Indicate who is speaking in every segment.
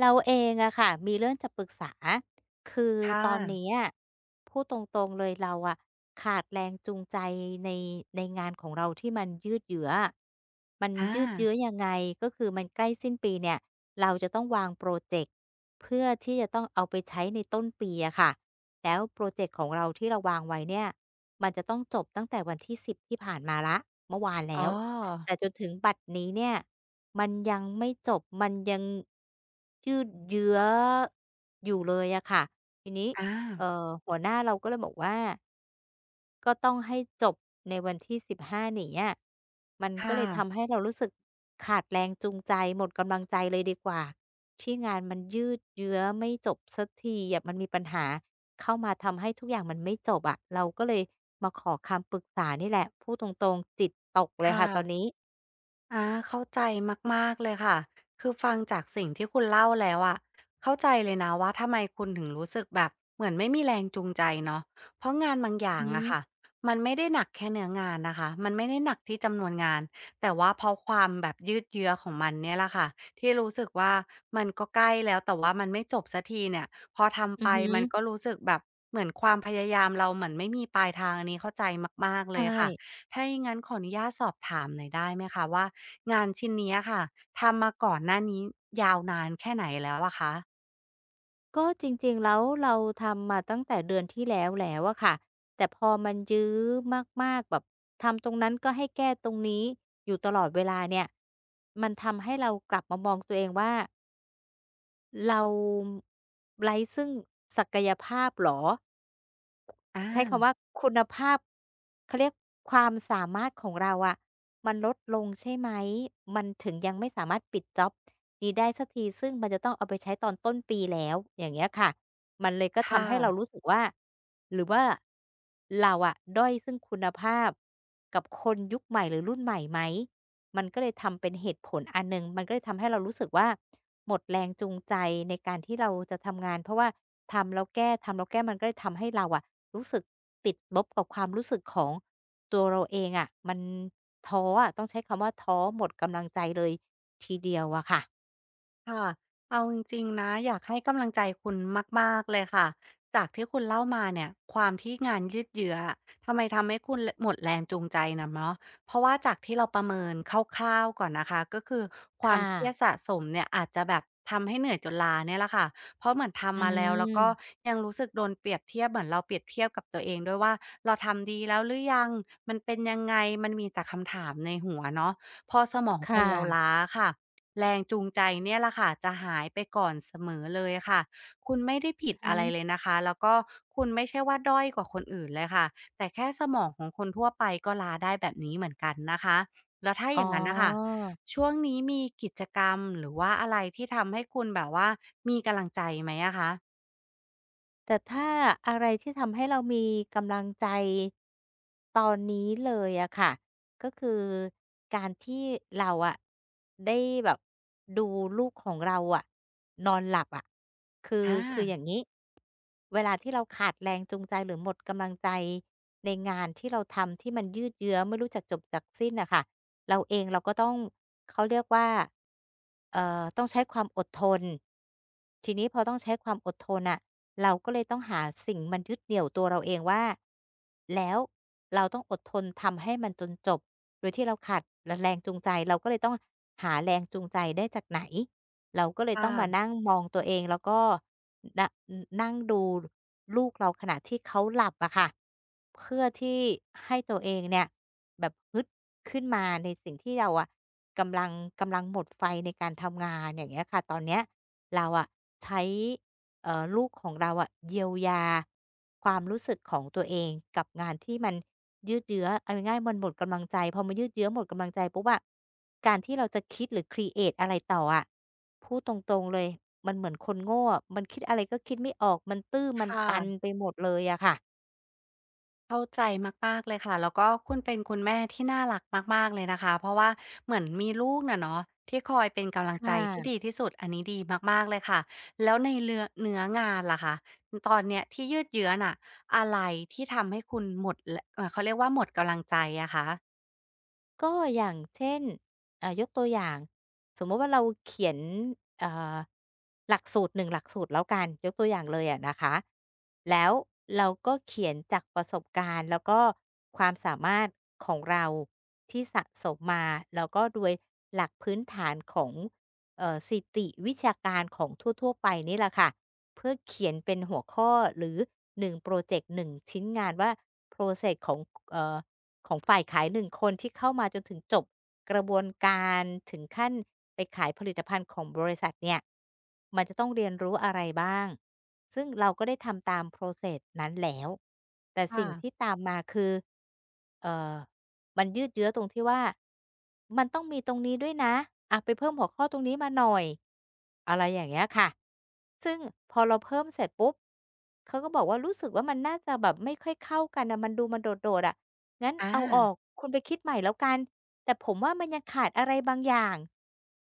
Speaker 1: เราเองอะค่ะมีเรื่องจะปรึกษาคือ
Speaker 2: ค่ะ
Speaker 1: ตอนนี้อะพูดตรงๆเลยเราอะขาดแรงจูงใจในในงานของเราที่มันยืดเยื้ออะมัน
Speaker 2: อา
Speaker 1: ยืดเยื้อยังไงก็คือมันใกล้สิ้นปีเนี่ยเราจะต้องวางโปรเจกต์เพื่อที่จะต้องเอาไปใช้ในต้นปีอะค่ะแล้วโปรเจกต์ของเราที่เราวางไว้เนี่ยมันจะต้องจบตั้งแต่วันที่สิบที่ผ่านมาละเมื่อวาน
Speaker 2: อ๋
Speaker 1: แล้
Speaker 2: อ
Speaker 1: ว แต่จนถึงบัดนี้เนี่ยมันยังไม่จบมันยังยืดเยื้ออยู่เลยอะค่ะทีนี้
Speaker 2: อา
Speaker 1: หัวหน้าเราก็เลยบอกว่าก็ต้องให้จบในวันที่15นี้อะมันก็
Speaker 2: ค่ะ
Speaker 1: เลยทำให้เรารู้สึกขาดแรงจูงใจหมดกำลังใจเลยดีกว่าที่งานมันยืดเยื้อไม่จบสักทีอะมันมีปัญหาเข้ามาทำให้ทุกอย่างมันไม่จบอะเราก็เลยมาขอคำปรึกษานี่แหละพูดตรงๆจิตตกเลย
Speaker 2: ค่ะ
Speaker 1: ค่ะตอนนี้
Speaker 2: อาเข้าใจมากๆเลยค่ะคือฟังจากสิ่งที่คุณเล่าแล้วอะเข้าใจเลยนะว่าทำไมคุณถึงรู้สึกแบบเหมือนไม่มีแรงจูงใจเนาะเพราะงานบางอ
Speaker 1: อื
Speaker 2: ย่า
Speaker 1: อ
Speaker 2: ง
Speaker 1: ฮึ
Speaker 2: อะค่ะมันไม่ได้หนักแค่เนื้องานนะคะมันไม่ได้หนักที่จำนวนงานแต่ว่าเพราะความแบบยืดเยื้อของมันเนี่ยแหละค่ะที่รู้สึกว่ามันก็ใกล้แล้วแต่ว่ามันไม่จบสักทีเนี่ยพอทำ
Speaker 1: อื
Speaker 2: ไป
Speaker 1: อฮึ
Speaker 2: มันก็รู้สึกแบบเหมือนความพยายามเราเหมือนไม่มีปลายทางอันนี้เข้าใจมากๆเล
Speaker 1: ใช่
Speaker 2: ยค่ะถ้าอย่างนั้นขออนุญาตสอบถามหน่อยได้ไหมคะว่า งานชิ้นเนี้ยค่ะทำมาก่อนหน้านี้ยาวนานแค่ไหนแล้วอะคะ
Speaker 1: ก็จริงๆ แล้วเราทำมาตั้งแต่เดือนที่แล้วแล้วอะค่ะ แต่พอมันยื้อมากๆแบบทำตรงนั้นก็ให้แก้ตรงนี้อยู่ตลอดเวลาเนี่ย มันทำให้เรากลับมามองตัวเองว่าเราไร้ซึ่งศักยภาพเหรอ
Speaker 2: อ
Speaker 1: ใช้คำว่า
Speaker 2: า
Speaker 1: คุณภาพเขาเรียกความสามารถของเราอะมันลดลงใช่ไหมมันถึงยังไม่สามารถปิดจ็อบนี้ได้สักทีซึ่งมันจะต้องเอาไปใช้ตอนต้นปีแล้วอย่างเงี้ยค่ะมันเลยก็
Speaker 2: ค่ะ
Speaker 1: ทำให้เรารู้สึกว่าหรือว่าเราอะด้อยซึ่งคุณภาพกับคนยุคใหม่หรือรุ่นใหม่ไหมมันก็เลยทำเป็นเหตุผลอันหนึ่งมันก็เลยทำให้เรารู้สึกว่าหมดแรงจูงใจในการที่เราจะทำงานเพราะว่าทำแล้วแก้ทำแล้วแก้มันก็เลยทำให้เราอะ รู้สึกติดลบกับความรู้สึกของตัวเราเองอะมันท้ออะต้องใช้คำว่าท้อหมดกำลังใจเลยทีเดียวอะค่ะ
Speaker 2: ค่ะเอาจริงๆนะอยากให้กำลังใจคุณมากๆเลยค่ะ จากที่คุณเล่ามาเนี่ยความที่งานยืดเยื้ออะทำไมทำให้คุณลหมดแรงจูงใจน่ะเนาะเพราะว่าจากที่เราประเมินคร่าวๆก่อนนะคะก็คือค
Speaker 1: ค
Speaker 2: วามเครียด
Speaker 1: ่ะ
Speaker 2: สะสมเนี่ยอาจจะแบบทำให้เหนื่อยจนล้าเนี่ยแหละค่ะ เพราะเหมือน
Speaker 1: อื
Speaker 2: ทำมาแล้วแล้ว
Speaker 1: ม
Speaker 2: ก็ยังรู้สึกโดนเปรียบเทียบเหมือนเราเปรียบเทียบกับตัวเองด้วยว่าเราทำดีแล้วหรือยังมันเป็นยังไงมันมีแต่คำถามในหัวเนาะพอสมองคน
Speaker 1: ค่ะ
Speaker 2: เราล้าค่ะ แรงจูงใจเนี่ยแหละค่ะจะหายไปก่อนเสมอเลยค่ะคุณไม่ได้ผิ
Speaker 1: อื
Speaker 2: ด
Speaker 1: อฮึ
Speaker 2: อะไรเลยนะคะแล้วก็คุณไม่ใช่ว่าด้อยกว่าคนอื่นเลยค่ะแต่แค่สมองของคนทั่วไปก็ล้าได้แบบนี้เหมือนกันนะคะแล้วถ้า
Speaker 1: อ๋
Speaker 2: อ
Speaker 1: อ
Speaker 2: ย่างนั้นนะคะช่วงนี้มีกิจกรรมหรือว่าอะไรที่ทำให้คุณแบบว่ามีกำลังใจไหมอะคะ
Speaker 1: แต่ถ้าอะไรที่ทำให้เรามีกำลังใจตอนนี้เลยอะค่ะก็คือการที่เราอะได้แบบดูลูกของเราอะนอนหลับอะ
Speaker 2: อา
Speaker 1: คืออย่างนี้เวลาที่เราขาดแรงจูงใจหรือหมดกำลังใจในงานที่เราทำที่มันยืดเยื้อไม่รู้จักจบจักสิ้นอะค่ะเราเองเราก็ต้องเขาเรียกว่าต้องใช้ความอดทน ทีนี้พอต้องใช้ความอดทนอ่ะเราก็เลยต้องหาสิ่งมันยึดเหนี่ยวตัวเราเองว่าแล้วเราต้องอดทนทำให้มันจนจบโดยที่เราขาดแรงจูงใจเราก็เลยต้องหาแรงจูงใจได้จากไหนเราก็เลยต้
Speaker 2: ค่ะ
Speaker 1: องมานั่งมองตัวเองแล้วก็นนั่งดูลูกเราขณะที่เขาหลับอะค่ะเพื่อที่ให้ตัวเองเนี่ยแบบฮึดขึ้นมาในสิ่งที่เราอะกำลังกำลังหมดไฟในการทำงานอย่างเงี้ยค่ะตอนเนี้ย เราอะใช้ลูกของเราอะเยียวยาความรู้สึกของตัวเองกับงานที่มันยืดเยื้อเอาง่ายๆมันหมดกำลังใจพอมันยืดเยื้อหมดกำลังใจปุ๊บอะการที่เราจะคิดหรือครีเอตอะไรต่ออะพูดตรงๆเลยมันเหมือนคนโง่อะมันคิดอะไรก็คิดไม่ออกมันตื้อ
Speaker 2: ค
Speaker 1: มันตัน
Speaker 2: ่ะ
Speaker 1: ไปหมดเลยอะค่ะ
Speaker 2: เข้าใจมากๆเลยค่ะแล้วก็คุณเป็นคุณแม่ที่น่ารักมากๆเลยนะคะเพราะว่าเหมือนมีลูกน่ะเนาะที่คอยเป็นกำลั
Speaker 1: ค
Speaker 2: งใจที่ดี
Speaker 1: ่ะ
Speaker 2: ที่สุดอันนี้ดีมากๆเลยค่ะแล้วในเรือเนื้องานล่ะคะตอนเนี้ยที่ยืดเยื้อน่ะอะไรที่ทำให้คุณหมดลเขาเรียกว่าหมดกำลังใจอะคะ
Speaker 1: ก็อย่างเช่นยกตัวอย่างสมมุติว่าเราเขียนเอ่อหลักสูตรหนึ่งหลักสูตรแล้วกันยกตัวอย่างเลยอะนะคะแล้วเราก็เขียนจากประสบการณ์แล้วก็ความสามารถของเราที่สะสมมาแล้วก็โดยหลักพื้นฐานของสถิติวิชาการของทั่วๆไปนี่แหละค่ะเพื่อเขียนเป็นหัวข้อหรือหนึ่โพรอเจกต์หนึ่งชิ้นงานว่า process ของเอ่อ ของฝ่ายขายหนึงคนที่เข้ามาจนถึงจบกระบวนการถึงขั้นไปขายผลิตภัณฑ์ของบริษัทเนี่ยมันจะต้องเรียนรู้อะไรบ้างซึ่งเราก็ได้ทำตาม process นั้นแล้วแต่
Speaker 2: ค่ะ
Speaker 1: สิ่งที่ตามมาคือเอ่อมันยืดเยื้อตรงที่ว่ามันต้องมีตรงนี้ด้วยนะอะไปเพิ่มหัวข้อตรงนี้มาหน่อยอะไรอย่างเงี้ยค่ะซึ่งพอเราเพิ่มเสร็จปุ๊บเขาก็บอกว่ารู้สึกว่ามันน่าจะแบบไม่ค่อยเข้ากันน่ะมันดูมันโดดๆอะ งั้น
Speaker 2: อา
Speaker 1: เอาออกคุณไปคิดใหม่แล้วกันแต่ผมว่ามันยังขาดอะไรบางอย่าง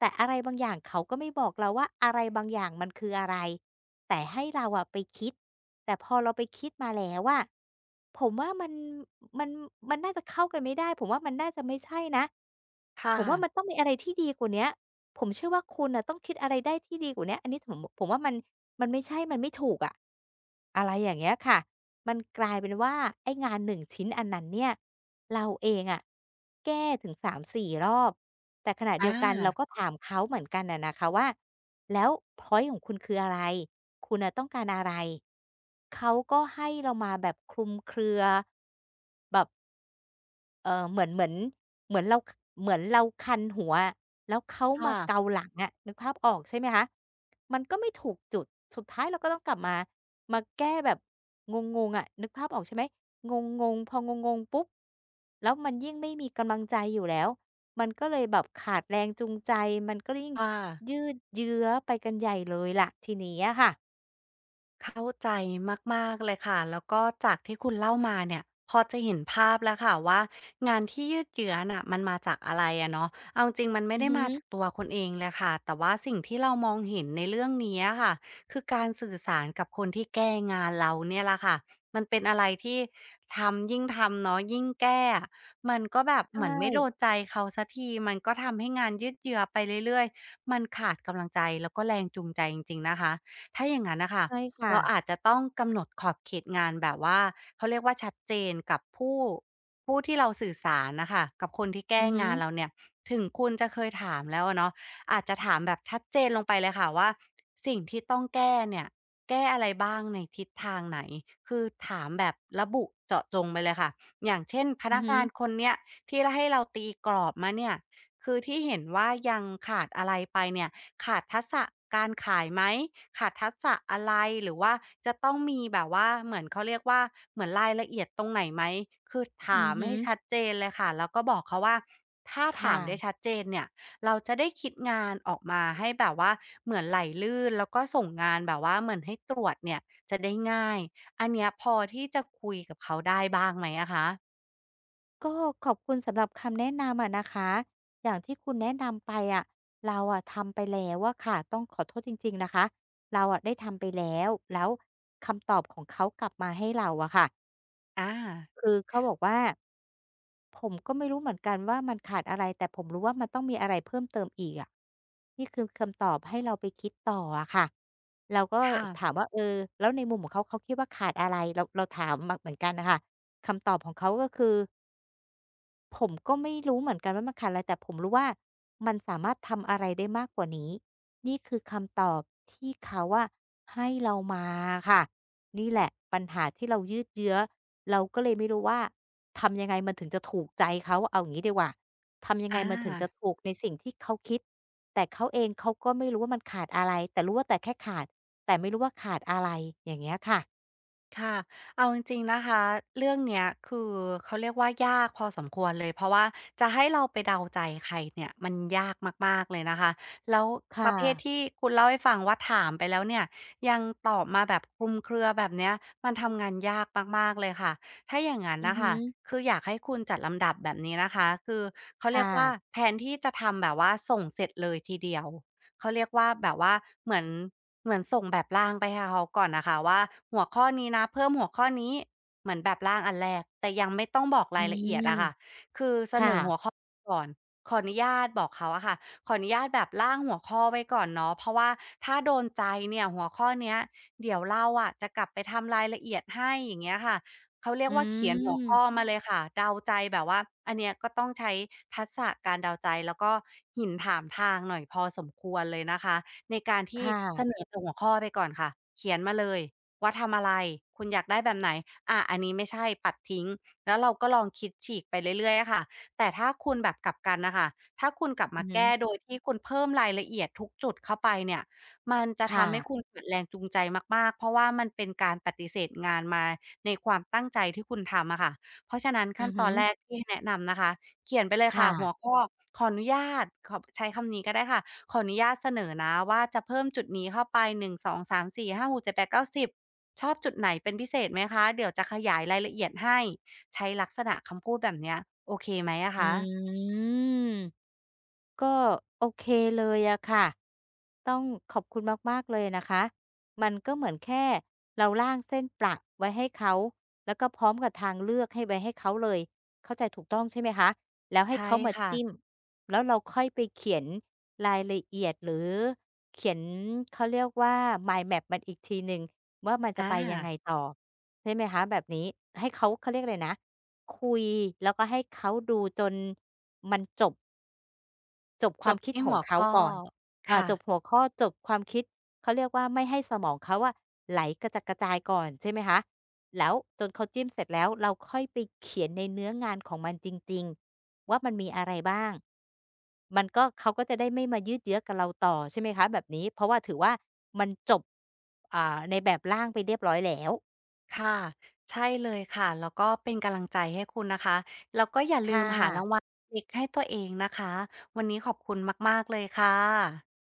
Speaker 1: แต่อะไรบางอย่างเขาก็ไม่บอกเราว่าอะไรบางอย่างมันคืออะไรแต่ให้เราอะไปคิดแต่พอเราไปคิดมาแล้วอะผมว่ามันมันน่าจะเข้ากันไม่ได้ผมว่ามันน่าจะไม่ใช่นะ
Speaker 2: ค่ะ
Speaker 1: ผมว่ามันต้องมีอะไรที่ดีกว่าเนี้ย ผมเชื่อว่าคุณน่ะต้องคิดอะไรได้ที่ดีกว่าเนี้ยอันนี้ผมว่ามันมันไม่ใช่ มันไม่ถูกอะอะไรอย่างเงี้ยค่ะมันกลายเป็นว่าไอ้งานหนึ่งชิ้นอันนั้นเนี่ยเราเองอะแก้ถึงสามสี4รอบ แต่ขณะเดีย
Speaker 2: อา
Speaker 1: วกันเราก็ถามเขาเหมือนกันอะนะคะว่าแล้วพอยนต์ของคุณคืออะไรคุณน่ะต้องการอะไรเขาก็ให้เรามาแบบคลุมเครือแบบ เออเหมือนเหมือนเหมือนเราคเหมือนเราคันหัวอะแล้วเขามา
Speaker 2: ค่ะ
Speaker 1: เกาหลังอะนึกภาพออกใช่ไหมคะมันก็ไม่ถูกจุดสุดท้ายเราก็ต้องกลับมามาแก้แบบงงๆอะนึกภาพออกใช่ไหมงงๆพองงๆปุ๊บแล้วมันยิ่งไม่มีกำลังใจอยู่แล้วมันก็เลยแบบขาดแรงจูงใจมันก็ยิ่ง
Speaker 2: ค่ะ
Speaker 1: ยืดเยื้อไปกันใหญ่เลยล่ะทีนี้อะค่ะ
Speaker 2: เข้าใจมากๆเลยค่ะ แล้วก็จากที่คุณเล่ามาเนี่ยพอจะเห็นภาพแล้วค่ะว่างานที่ยืดเยื้อน่ะมันมาจากอะไรอะเนาะเอาจริงๆมันไม่
Speaker 1: อือ
Speaker 2: ได้
Speaker 1: ฮึ
Speaker 2: มาจากตัวคุณเองเลยค่ะ แต่ว่าสิ่งที่เรามองเห็นในเรื่องนี้อะค่ะคือการสื่อสารกับคนที่แก้งานเราเนี่ยแหละค่ะมันเป็นอะไรที่ทำยิ่งทำเนาะยิ่งแก้อะมันก็แบบเห
Speaker 1: ใช่
Speaker 2: มือนไม่โดนใจเขาสักทีมันก็ทำให้งานยืดเยื้อไปเรื่อยๆมันขาดกำลังใจแล้วก็แรงจูงใจจริงๆนะคะถ้าอย่างงั้นน่ะค่ะ
Speaker 1: ใช่ค่ะ
Speaker 2: เราอาจจะต้องกำหนดขอบเขตงานแบบว่าเขาเรียกว่าชัดเจนกับผู้ที่เราสื่อสารน่ะค่ะกับคนที่แก้
Speaker 1: อือฮึ
Speaker 2: งานเราเนี่ยถึงคุณจะเคยถามแล้วอะเนาะอาจจะถามแบบชัดเจนลงไปเลยค่ะว่าสิ่งที่ต้องแก้เนี่ยแก้อะไรบ้างในทิศทางไหนคือถามแบบระบุเจาะจงไปเลยค่ะอย่างเช่นพ
Speaker 1: อือ
Speaker 2: นัก
Speaker 1: ฮึ
Speaker 2: งานคนเนี้ยที่ลให้เราตีกรอบมาเนี่ยคือที่เห็นว่ายังขาดอะไรไปเนี่ย ขาดทักษะการขายไหมขาดทักษะอะไรหรือว่าจะต้องมีแบบว่าเหมือนเขาเรียกว่าเหมือนรายละเอียดตรงไหนไหมคือถา
Speaker 1: อือ
Speaker 2: ม
Speaker 1: ฮึ
Speaker 2: ให้ชัดเจนเลยค่ะแล้วก็บอกเขาว่าถ้าถา
Speaker 1: ค่ะ
Speaker 2: มได้ชัดเจนเนี่ยเราจะได้คิดงานออกมาให้แบบว่าเหมือนไหลลื่นแล้วก็ส่งงานแบบว่าเหมือนให้ตรวจเนี่ยจะได้ง่ายอันเนี้ยพอที่จะคุยกับเขาได้บ้างไหมอะคะ
Speaker 1: ก็ขอบคุณสำหรับคำแนะนำอะนะคะอย่างที่คุณแนะนำไปอะเราอะทำไปแล้วอะค่ะต้องขอโทษจริงๆนะคะเราอะได้ทำไปแล้วแล้วคำตอบของเขากลับมาให้เราอะค่ะ
Speaker 2: อา
Speaker 1: คือเขาบอกว่าผมก็ไม่รู้เหมือนกันว่ามันขาดอะไรแต่ผมรู้ว่ามันต้องมีอะไรเพิ่มเติมอีกอะนี่คือคำตอบให้เราไปคิดต่ออะค่ะเราก็
Speaker 2: ค่ะ
Speaker 1: ถามว่าเออแล้วในมุมของเขาเขาคิดว่าขาดอะไรเราถามมาเหมือนกันน่ะค่ะคำตอบของเขาก็คือ ผมก็ไม่รู้เหมือนกันว่ามันขาดอะไรแต่ผมรู้ว่ามันสามารถทำอะไรได้มากกว่านี้นี่คือคำตอบที่เขาอะให้เรามาค่ะนี่แหละปัญหาที่เรายืดเยื้อเราก็เลยไม่รู้ว่าทำยังไงมันถึงจะถูกใจเขาเอางี้ดีกว่าทำยังไง
Speaker 2: อา
Speaker 1: มันถึงจะถูกในสิ่งที่เขาคิดแต่เขาเองเขาก็ไม่รู้ว่ามันขาดอะไรแต่รู้ว่าแต่แค่ขาดแต่ไม่รู้ว่าขาดอะไรอย่างเงี้ยค่ะ
Speaker 2: ค่ะเอาจริงๆนะคะเรื่องเนี้ยคือเขาเรียกว่ายากพอสมควรเลยเพราะว่าจะให้เราไปเดาใจใครเนี่ยมันยากมากๆเลยนะคะแล้วป
Speaker 1: ค่ะ
Speaker 2: ระเภทที่คุณเล่าให้ฟังว่าถามไปแล้วเนี่ยยังตอบมาแบบคลุมเครือแบบเนี้ยมันทำงานยากมากๆเลยค่ะถ้าอย่างงั้น
Speaker 1: อือ
Speaker 2: น่ะ
Speaker 1: ฮึ
Speaker 2: ค่ะคืออยากให้คุณจัดลำดับแบบนี้นะคะคือเขาเรีย
Speaker 1: ค่ะ
Speaker 2: กว่าแทนที่จะทำแบบว่าส่งเสร็จเลยทีเดียว เขาเรียกว่าแบบว่าเหมือนเหมือนส่งแบบร่างไปให้เขาก่อนนะคะว่าหัวข้อนี้นะเพิ่มหัวข้อนี้เหมือนแบบร่างอันแรกแต่ยังไม่ต้องบอก
Speaker 1: อื
Speaker 2: รายละเอียด
Speaker 1: ม
Speaker 2: อะค่ะคือ
Speaker 1: ค
Speaker 2: เสนอหัวข้อ
Speaker 1: ่ะ
Speaker 2: ก่อนขออนุญาตบอกเขาอะค่ะขออนุญาตแบบร่างหัวข้อไว้ก่อนเนาะเพราะว่าถ้าโดนใจเนี่ยหัวข้อเนี้ยเดี๋ยวเราอะจะกลับไปทำรายละเอียดให้อย่างเงี้ยค่ะ เขาเรีย
Speaker 1: อื
Speaker 2: กว่าเขียนหัวข้อ
Speaker 1: ม
Speaker 2: มาเลยค่ะเดาใจแบบว่าอันเนี้ยก็ต้องใช้ทักษะการเดาใจแล้วก็หินถามทางหน่อยพอสมควรเลยนะคะในการที่
Speaker 1: ค่ะ
Speaker 2: เสนอแต่หัวข้อไปก่อนค่ะเขียนมาเลยว่าทำอะไรคุณอยากได้แบบไหนอะอันนี้ไม่ใช่ปัดทิ้งแล้วเราก็ลองคิดฉีกไปเรื่อยๆอะค่ะแต่ถ้าคุณแบบกลับกันนะคะถ้าคุณกลับ
Speaker 1: อื
Speaker 2: มา
Speaker 1: อฮึ
Speaker 2: แก้โดยที่คุณเพิ่มรายละเอียดทุกจุดเข้าไปเนี่ยมันจะ
Speaker 1: ค่ะ
Speaker 2: ทำให้คุณเกิดแรงจูงใจมากๆเพราะว่ามันเป็นการปฏิเสธงานมา ในความตั้งใจที่คุณทำอะค่ะ เพราะฉะนั้น
Speaker 1: อื
Speaker 2: ขั้น
Speaker 1: อ
Speaker 2: ต
Speaker 1: ฮึ
Speaker 2: อนแรกที่แนะนำนะคะ เขียนไปเลย
Speaker 1: ค่ะ
Speaker 2: ค่ะหัวข้อขออนุญาตขอใช้คำนี้ก็ได้ค่ะขออนุญาตเสนอนะว่าจะเพิ่มจุดนี้เข้าไป1 2 3 4 5ก7 8 9 10ชอบจุดไหนเป็นพิเศษไหมคะ เดี๋ยวจะขยายรายละเอียดให้ใช้ลักษณะคำพูดแบบเนี้ยโอเคไหมอะ
Speaker 1: อื
Speaker 2: คะ
Speaker 1: ม ก็โอเคเลยอะค่ะต้องขอบคุณมากๆเลยนะคะมันก็เหมือนแค่เราล่างเส้นประไว้ให้เขาแล้วก็พร้อมกับทางเลือกให้ไว้ให้เขาเลยเข้าใจถูกต้องใช่ไหมคะแล้วให้
Speaker 2: ใช่
Speaker 1: เขามาจิ้ม
Speaker 2: ค่ะ
Speaker 1: แล้วเราค่อยไปเขียนรายละเอียดหรือเขียนเขาเรียกว่า mind map มันอีกทีหนึ่งว่ามันจะ
Speaker 2: อา
Speaker 1: ไปยังไงต่อใช่ไหมคะแบบนี้ให้เขาเขาเรียกอะไรนะคุยแล้วก็ให้เขาดูจนมันจบ จบค
Speaker 2: จ
Speaker 1: วาม
Speaker 2: บ
Speaker 1: คิด
Speaker 2: ที่
Speaker 1: ของ
Speaker 2: หัว
Speaker 1: เขา
Speaker 2: ข้อ
Speaker 1: ก่อนอ่า
Speaker 2: ค่ะ
Speaker 1: จบหัวข้อจบความคิดเขาเรียกว่าไม่ให้สมองเขาอะไหลกระจัดกระจายก่อนใช่ไหมคะแล้วจนเขาจิ้มเสร็จแล้วเราค่อยไปเขียนในเนื้องานของมันจริงๆว่ามันมีอะไรบ้างมันก็เขาก็จะได้ไม่มายืดเยื้อกับเราต่อใช่ไหมคะแบบนี้เพราะว่าถือว่ามันจบอ่าในแบบร่างไปเรียบร้อยแล้ว
Speaker 2: ค่ะใช่เลยค่ะแล้วก็เป็นกำลังใจให้คุณนะคะแล้วก็อย่าลื
Speaker 1: ค่ะ
Speaker 2: มหารางวัลเล็กให้ตัวเองนะคะวันนี้ขอบคุณมากๆเลยค่ะ